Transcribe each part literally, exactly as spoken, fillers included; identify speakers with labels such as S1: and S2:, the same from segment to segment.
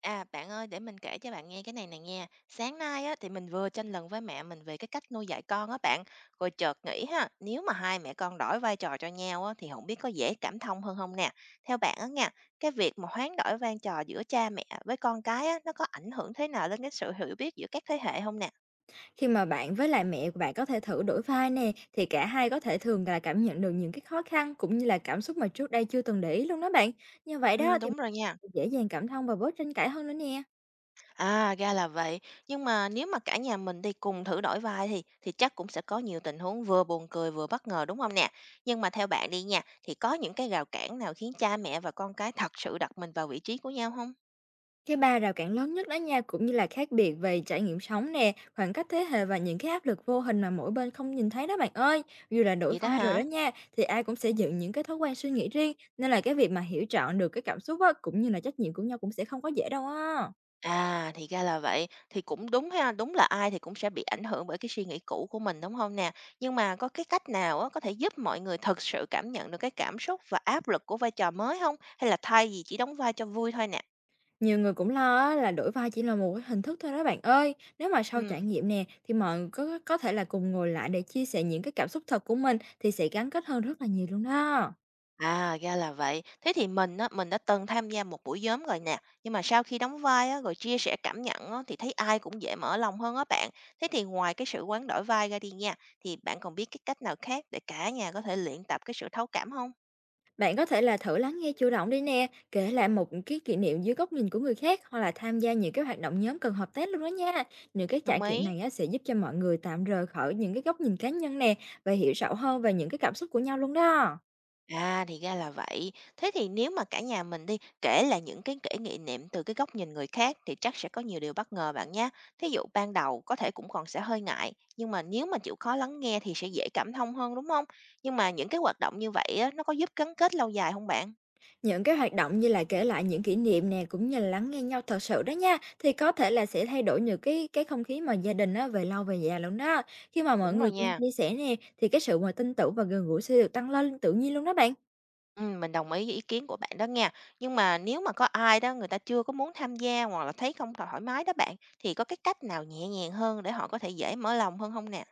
S1: À, bạn ơi, để mình kể cho bạn nghe cái này này nha. Sáng nay á, thì mình vừa tranh luận với mẹ mình về cái cách nuôi dạy con á bạn. Rồi chợt nghĩ ha, nếu mà hai mẹ con đổi vai trò cho nhau á, thì không biết có dễ cảm thông hơn không nè. Theo bạn á nha, cái việc mà hoán đổi vai trò giữa cha mẹ với con cái á, nó có ảnh hưởng thế nào đến cái sự hiểu biết giữa các thế hệ không nè?
S2: Khi mà bạn với lại mẹ của bạn có thể thử đổi vai nè, thì cả hai có thể thường là cảm nhận được những cái khó khăn cũng như là cảm xúc mà trước đây chưa từng để ý luôn đó bạn. Như vậy
S1: Ừ,
S2: đó thì
S1: đúng rồi nha.
S2: dễ dàng cảm thông và bớt tranh cãi hơn nữa nè.
S1: À, ra là vậy. Nhưng mà nếu mà cả nhà mình đi cùng thử đổi vai thì thì chắc cũng sẽ có nhiều tình huống vừa buồn cười vừa bất ngờ đúng không nè? Nhưng mà theo bạn đi nha, thì có những cái rào cản nào khiến cha mẹ và con cái thật sự đặt mình vào vị trí của nhau không?
S2: Cái ba rào cản lớn nhất đó nha, cũng như là khác biệt về trải nghiệm sống nè, khoảng cách thế hệ và những cái áp lực vô hình mà mỗi bên không nhìn thấy đó bạn ơi. Dù là đổi
S1: Vậy đó
S2: vai rồi
S1: hả?
S2: đó nha, thì ai cũng sẽ dựng những cái thói quen suy nghĩ riêng, nên là cái việc mà hiểu trọn được cái cảm xúc á, cũng như là trách nhiệm của nhau cũng sẽ không có dễ đâu á.
S1: À, thì ra là vậy. Thì cũng đúng ha, đúng là ai thì cũng sẽ bị ảnh hưởng bởi cái suy nghĩ cũ của mình đúng không nè? Nhưng mà có cái cách nào á, có thể giúp mọi người thật sự cảm nhận được cái cảm xúc và áp lực của vai trò mới không? Hay là thay vì chỉ đóng vai cho vui thôi nè?
S2: Nhiều người cũng lo á là đổi vai chỉ là một cái hình thức thôi đó bạn ơi. Nếu mà sau trải
S1: Ừ.
S2: nghiệm nè thì mọi người có có thể là cùng ngồi lại để chia sẻ những cái cảm xúc thật của mình thì sẽ gắn kết hơn rất là nhiều luôn đó.
S1: À, ra là vậy. Thế thì mình á, mình đã từng tham gia một buổi nhóm rồi nè, nhưng mà sau khi đóng vai á, rồi chia sẻ cảm nhận á, thì thấy ai cũng dễ mở lòng hơn á bạn. Thế thì ngoài cái sự hoán đổi vai ra đi nha, thì bạn còn biết cái cách nào khác để cả nhà có thể luyện tập cái sự thấu cảm không?
S2: Bạn có thể là thử lắng nghe chủ động đi nè, kể lại một cái kỷ niệm dưới góc nhìn của người khác hoặc là tham gia những cái hoạt động nhóm cần hợp tác luôn đó nha. Những cái trải
S1: Đồng
S2: nghiệm
S1: ý.
S2: này á, sẽ giúp cho mọi người tạm rời khỏi những cái góc nhìn cá nhân nè và hiểu rõ hơn về những cái cảm xúc của nhau luôn đó.
S1: À, thì ra là vậy. Thế thì nếu mà cả nhà mình đi, kể là những cái kỷ nghị niệm từ cái góc nhìn người khác thì chắc sẽ có nhiều điều bất ngờ bạn nhé. Thí dụ ban đầu có thể cũng còn sẽ hơi ngại, nhưng mà nếu mà chịu khó lắng nghe thì sẽ dễ cảm thông hơn đúng không? Nhưng mà những cái hoạt động như vậy á, nó có giúp gắn kết lâu dài không bạn?
S2: Những cái hoạt động như là kể lại những kỷ niệm nè, cũng như là lắng nghe nhau thật sự đó nha, thì có thể là sẽ thay đổi những cái cái không khí mà gia đình á, về lâu về dài luôn đó. Khi mà mọi
S1: Đúng rồi
S2: người quen
S1: nha.
S2: chia sẻ nè, thì cái sự mà tin tưởng và gần gũi sẽ được tăng lên tự nhiên luôn đó bạn.
S1: Ừ, mình đồng ý với ý kiến của bạn đó nha. Nhưng mà nếu mà có ai đó người ta chưa có muốn tham gia hoặc là thấy không thoải mái đó bạn, thì có cái cách nào nhẹ nhàng hơn để họ có thể dễ mở lòng hơn không nè?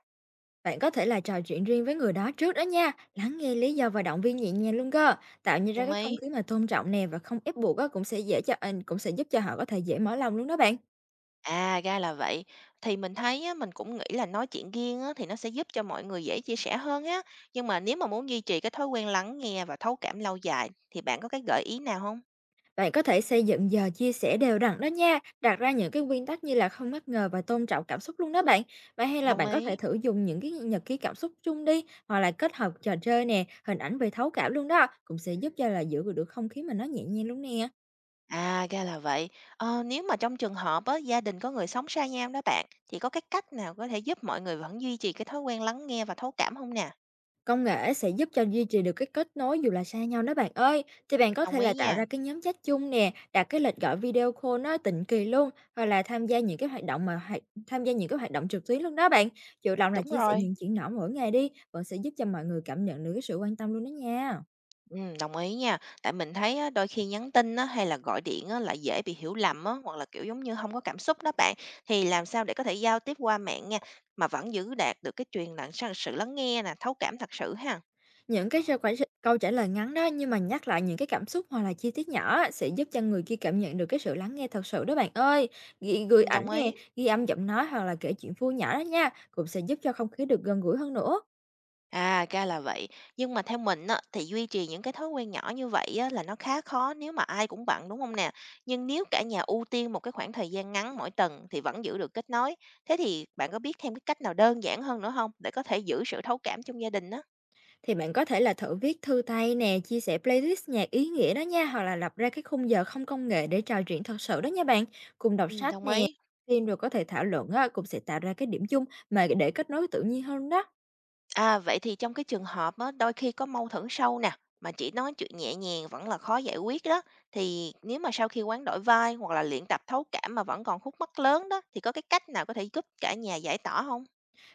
S2: Bạn có thể là trò chuyện riêng với người đó trước đó nha, lắng nghe lý do và động viên nhẹ nhàng luôn cơ. Tạo như ra
S1: Đồng
S2: cái không
S1: ý.
S2: khí mà tôn trọng nè và không ép buộc á, cũng sẽ dễ cho à, cũng sẽ giúp cho họ có thể dễ mở lòng luôn đó bạn.
S1: À, ra là vậy. Thì mình thấy á, mình cũng nghĩ là nói chuyện riêng á, thì nó sẽ giúp cho mọi người dễ chia sẻ hơn á. Nhưng mà nếu mà muốn duy trì cái thói quen lắng nghe và thấu cảm lâu dài thì bạn có cái gợi ý nào không?
S2: Bạn có thể xây dựng giờ chia sẻ đều đặn đó nha, đặt ra những cái nguyên tắc như là không bất ngờ và tôn trọng cảm xúc luôn đó bạn. Và hay là
S1: Đồng
S2: bạn có thể
S1: ý.
S2: thử dùng những cái nhật ký cảm xúc chung đi, hoặc là kết hợp trò chơi nè, hình ảnh về thấu cảm luôn đó, cũng sẽ giúp cho là giữ được không khí mà nó nhẹ nhàng luôn nè.
S1: À, ra là vậy. Ờ, nếu mà trong trường hợp á, gia đình có người sống xa nhau đó bạn, thì có cái cách nào có thể giúp mọi người vẫn duy trì cái thói quen lắng nghe và thấu cảm không nè?
S2: Công nghệ sẽ giúp cho duy trì được cái kết nối dù là xa nhau đó bạn ơi. Thì bạn có
S1: Đồng
S2: thể
S1: ý
S2: là tạo
S1: nha.
S2: ra cái nhóm chat chung nè, đặt cái lịch gọi video call nó định kỳ luôn, hoặc là tham gia những cái hoạt động mà hoạt- tham gia những cái hoạt động trực tuyến luôn đó bạn. Chủ động là
S1: Đúng
S2: chia sẻ
S1: rồi.
S2: những chuyện nhỏ mỗi ngày đi, vẫn sẽ giúp cho mọi người cảm nhận được cái sự quan tâm luôn đó nha.
S1: Ừm, đồng ý nha. Tại mình thấy á, đôi khi nhắn tin á, hay là gọi điện á, lại dễ bị hiểu lầm á, hoặc là, kiểu, giống như không có cảm xúc đó bạn. Thì làm sao để có thể giao tiếp qua mạng nha, mà vẫn giữ đạt được cái truyền lặng sang sự lắng nghe nè, thấu cảm thật sự ha?
S2: Những cái sao quải câu trả lời ngắn đó, nhưng mà nhắc lại những cái cảm xúc hoặc là chi tiết nhỏ á, sẽ giúp cho người kia cảm nhận được cái sự lắng nghe thật sự đó bạn ơi. Ghi gửi
S1: Ừm,
S2: ảnh
S1: đồng
S2: nè,
S1: ý.
S2: ghi âm giọng nói hoặc là kể chuyện vui nhỏ đó nha, cũng sẽ giúp cho không khí được gần gũi hơn nữa.
S1: À, ra là vậy. Nhưng mà theo mình á, thì duy trì những cái thói quen nhỏ như vậy á, là nó khá khó nếu mà ai cũng bận, đúng không nè? Nhưng nếu cả nhà ưu tiên một cái khoảng thời gian ngắn mỗi tuần thì vẫn giữ được kết nối. Thế thì bạn có biết thêm cái cách nào đơn giản hơn nữa không để có thể giữ sự thấu cảm trong gia đình á?
S2: Thì bạn có thể là thử viết thư tay nè, chia sẻ playlist nhạc ý nghĩa đó nha, hoặc là lập ra cái khung giờ không công nghệ để trò chuyện thật sự đó nha bạn. Cùng đọc
S1: Ừm,
S2: sách
S1: đồng
S2: nè,
S1: ý.
S2: phim rồi có thể thảo luận á, cũng sẽ tạo ra cái điểm chung mà để kết nối tự nhiên hơn đó.
S1: À, vậy thì trong cái trường hợp á, đôi khi có mâu thuẫn sâu nè, mà chỉ nói chuyện nhẹ nhàng vẫn là khó giải quyết đó, thì nếu mà sau khi hoán đổi vai hoặc là luyện tập thấu cảm mà vẫn còn khúc mắc lớn đó, thì có cái cách nào có thể giúp cả nhà giải tỏa không?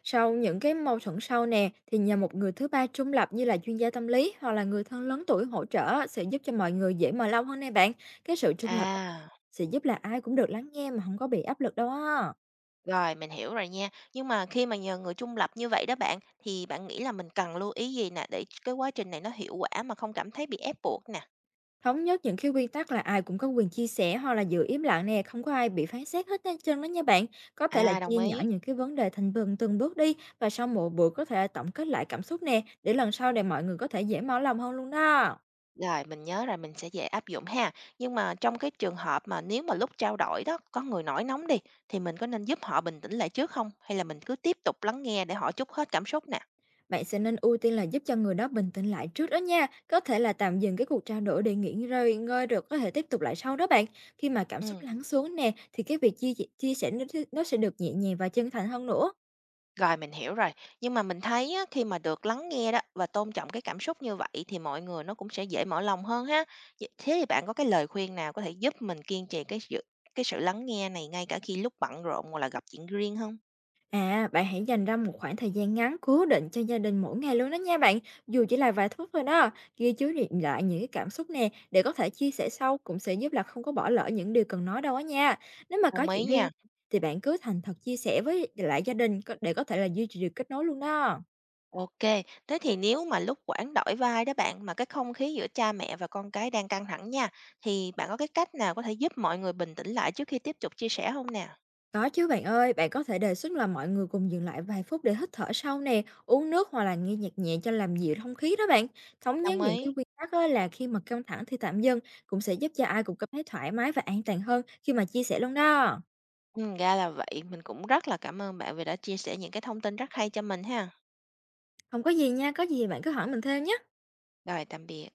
S2: Sau những cái mâu thuẫn sau nè, thì nhờ một người thứ ba trung lập như là chuyên gia tâm lý hoặc là người thân lớn tuổi hỗ trợ á, sẽ giúp cho mọi người dễ mở lòng hơn nè bạn. Cái sự trung lập á,
S1: À,
S2: sẽ giúp là ai cũng được lắng nghe mà không có bị áp lực đâu á.
S1: rồi mình hiểu rồi nha. Nhưng mà khi mà nhờ người trung lập như vậy đó bạn, thì bạn nghĩ là mình cần lưu ý gì nè để cái quá trình này nó hiệu quả mà không cảm thấy bị ép buộc nè?
S2: Thống nhất những cái quy tắc là ai cũng có quyền chia sẻ hoặc là giữ im lặng nè, không có ai bị phán xét hết hết trơn đó nha bạn. Có thể là
S1: À, đồng
S2: chia nhỏ
S1: ý.
S2: những cái vấn đề thành từng từng bước đi và sau mỗi buổi có thể tổng kết lại cảm xúc nè, để lần sau để mọi người có thể dễ mở lòng hơn luôn đó.
S1: Rồi, mình nhớ rồi, mình sẽ dễ áp dụng ha. Nhưng mà trong cái trường hợp mà nếu mà lúc trao đổi đó, có người nổi nóng đi, thì mình có nên giúp họ bình tĩnh lại trước không? Hay là mình cứ tiếp tục lắng nghe để họ trút hết cảm xúc nè?
S2: Bạn sẽ nên ưu tiên là giúp cho người đó bình tĩnh lại trước đó nha, có thể là tạm dừng cái cuộc trao đổi để nghỉ ngơi, ngơi rồi có thể tiếp tục lại sau đó bạn. Khi mà cảm xúc
S1: Ừ,
S2: lắng xuống nè thì cái việc chia chia sẻ nó sẽ- nó sẽ được nhẹ nhàng và chân thành hơn nữa.
S1: rồi mình hiểu rồi. Nhưng mà mình thấy á, khi mà được lắng nghe đó và tôn trọng cái cảm xúc như vậy thì mọi người nó cũng sẽ dễ mở lòng hơn ha. Vậy- Thế thì bạn có cái lời khuyên nào có thể giúp mình kiên trì cái sự cái sự lắng nghe này ngay cả khi lúc bận rộn hoặc là gặp chuyện riêng không?
S2: À, bạn hãy dành ra một khoảng thời gian ngắn cố định cho gia đình mỗi ngày luôn đó nha bạn, dù chỉ là vài phút thôi đó. Ghi chú đi- lại những cái cảm xúc nè để có thể chia sẻ sau cũng sẽ giúp là không có bỏ lỡ những điều cần nói đâu á nha. Nếu mà có
S1: Đồng ý
S2: chuyện riêng
S1: nha.
S2: thì bạn cứ thành thật chia sẻ với lại gia đình có- để có thể là duy trì được kết nối luôn đó.
S1: ô kê, thế thì nếu mà lúc quản đổi vai đó bạn, mà cái không khí giữa cha mẹ và con cái đang căng thẳng nha, thì bạn có cái cách nào có thể giúp mọi người bình tĩnh lại trước khi tiếp tục chia sẻ không nè?
S2: Có chứ bạn ơi, bạn có thể đề xuất là mọi người cùng dừng lại vài phút để hít thở sâu nè, uống nước hoặc là nghe nhạc nhẹ cho làm dịu không khí đó bạn. Thống nhất
S1: Đồng
S2: những cái
S1: ý.
S2: quy tắc á là khi mà căng thẳng thì tạm dừng, cũng sẽ giúp cho ai cũng cảm thấy thoải mái và an toàn hơn khi mà chia sẻ luôn đó.
S1: Ừm, ra là vậy, mình cũng rất là cảm ơn bạn vì đã chia sẻ những cái thông tin rất hay cho mình ha.
S2: Không có gì nha, có gì thì bạn cứ hỏi mình thêm nhé.
S1: Rồi, tạm biệt.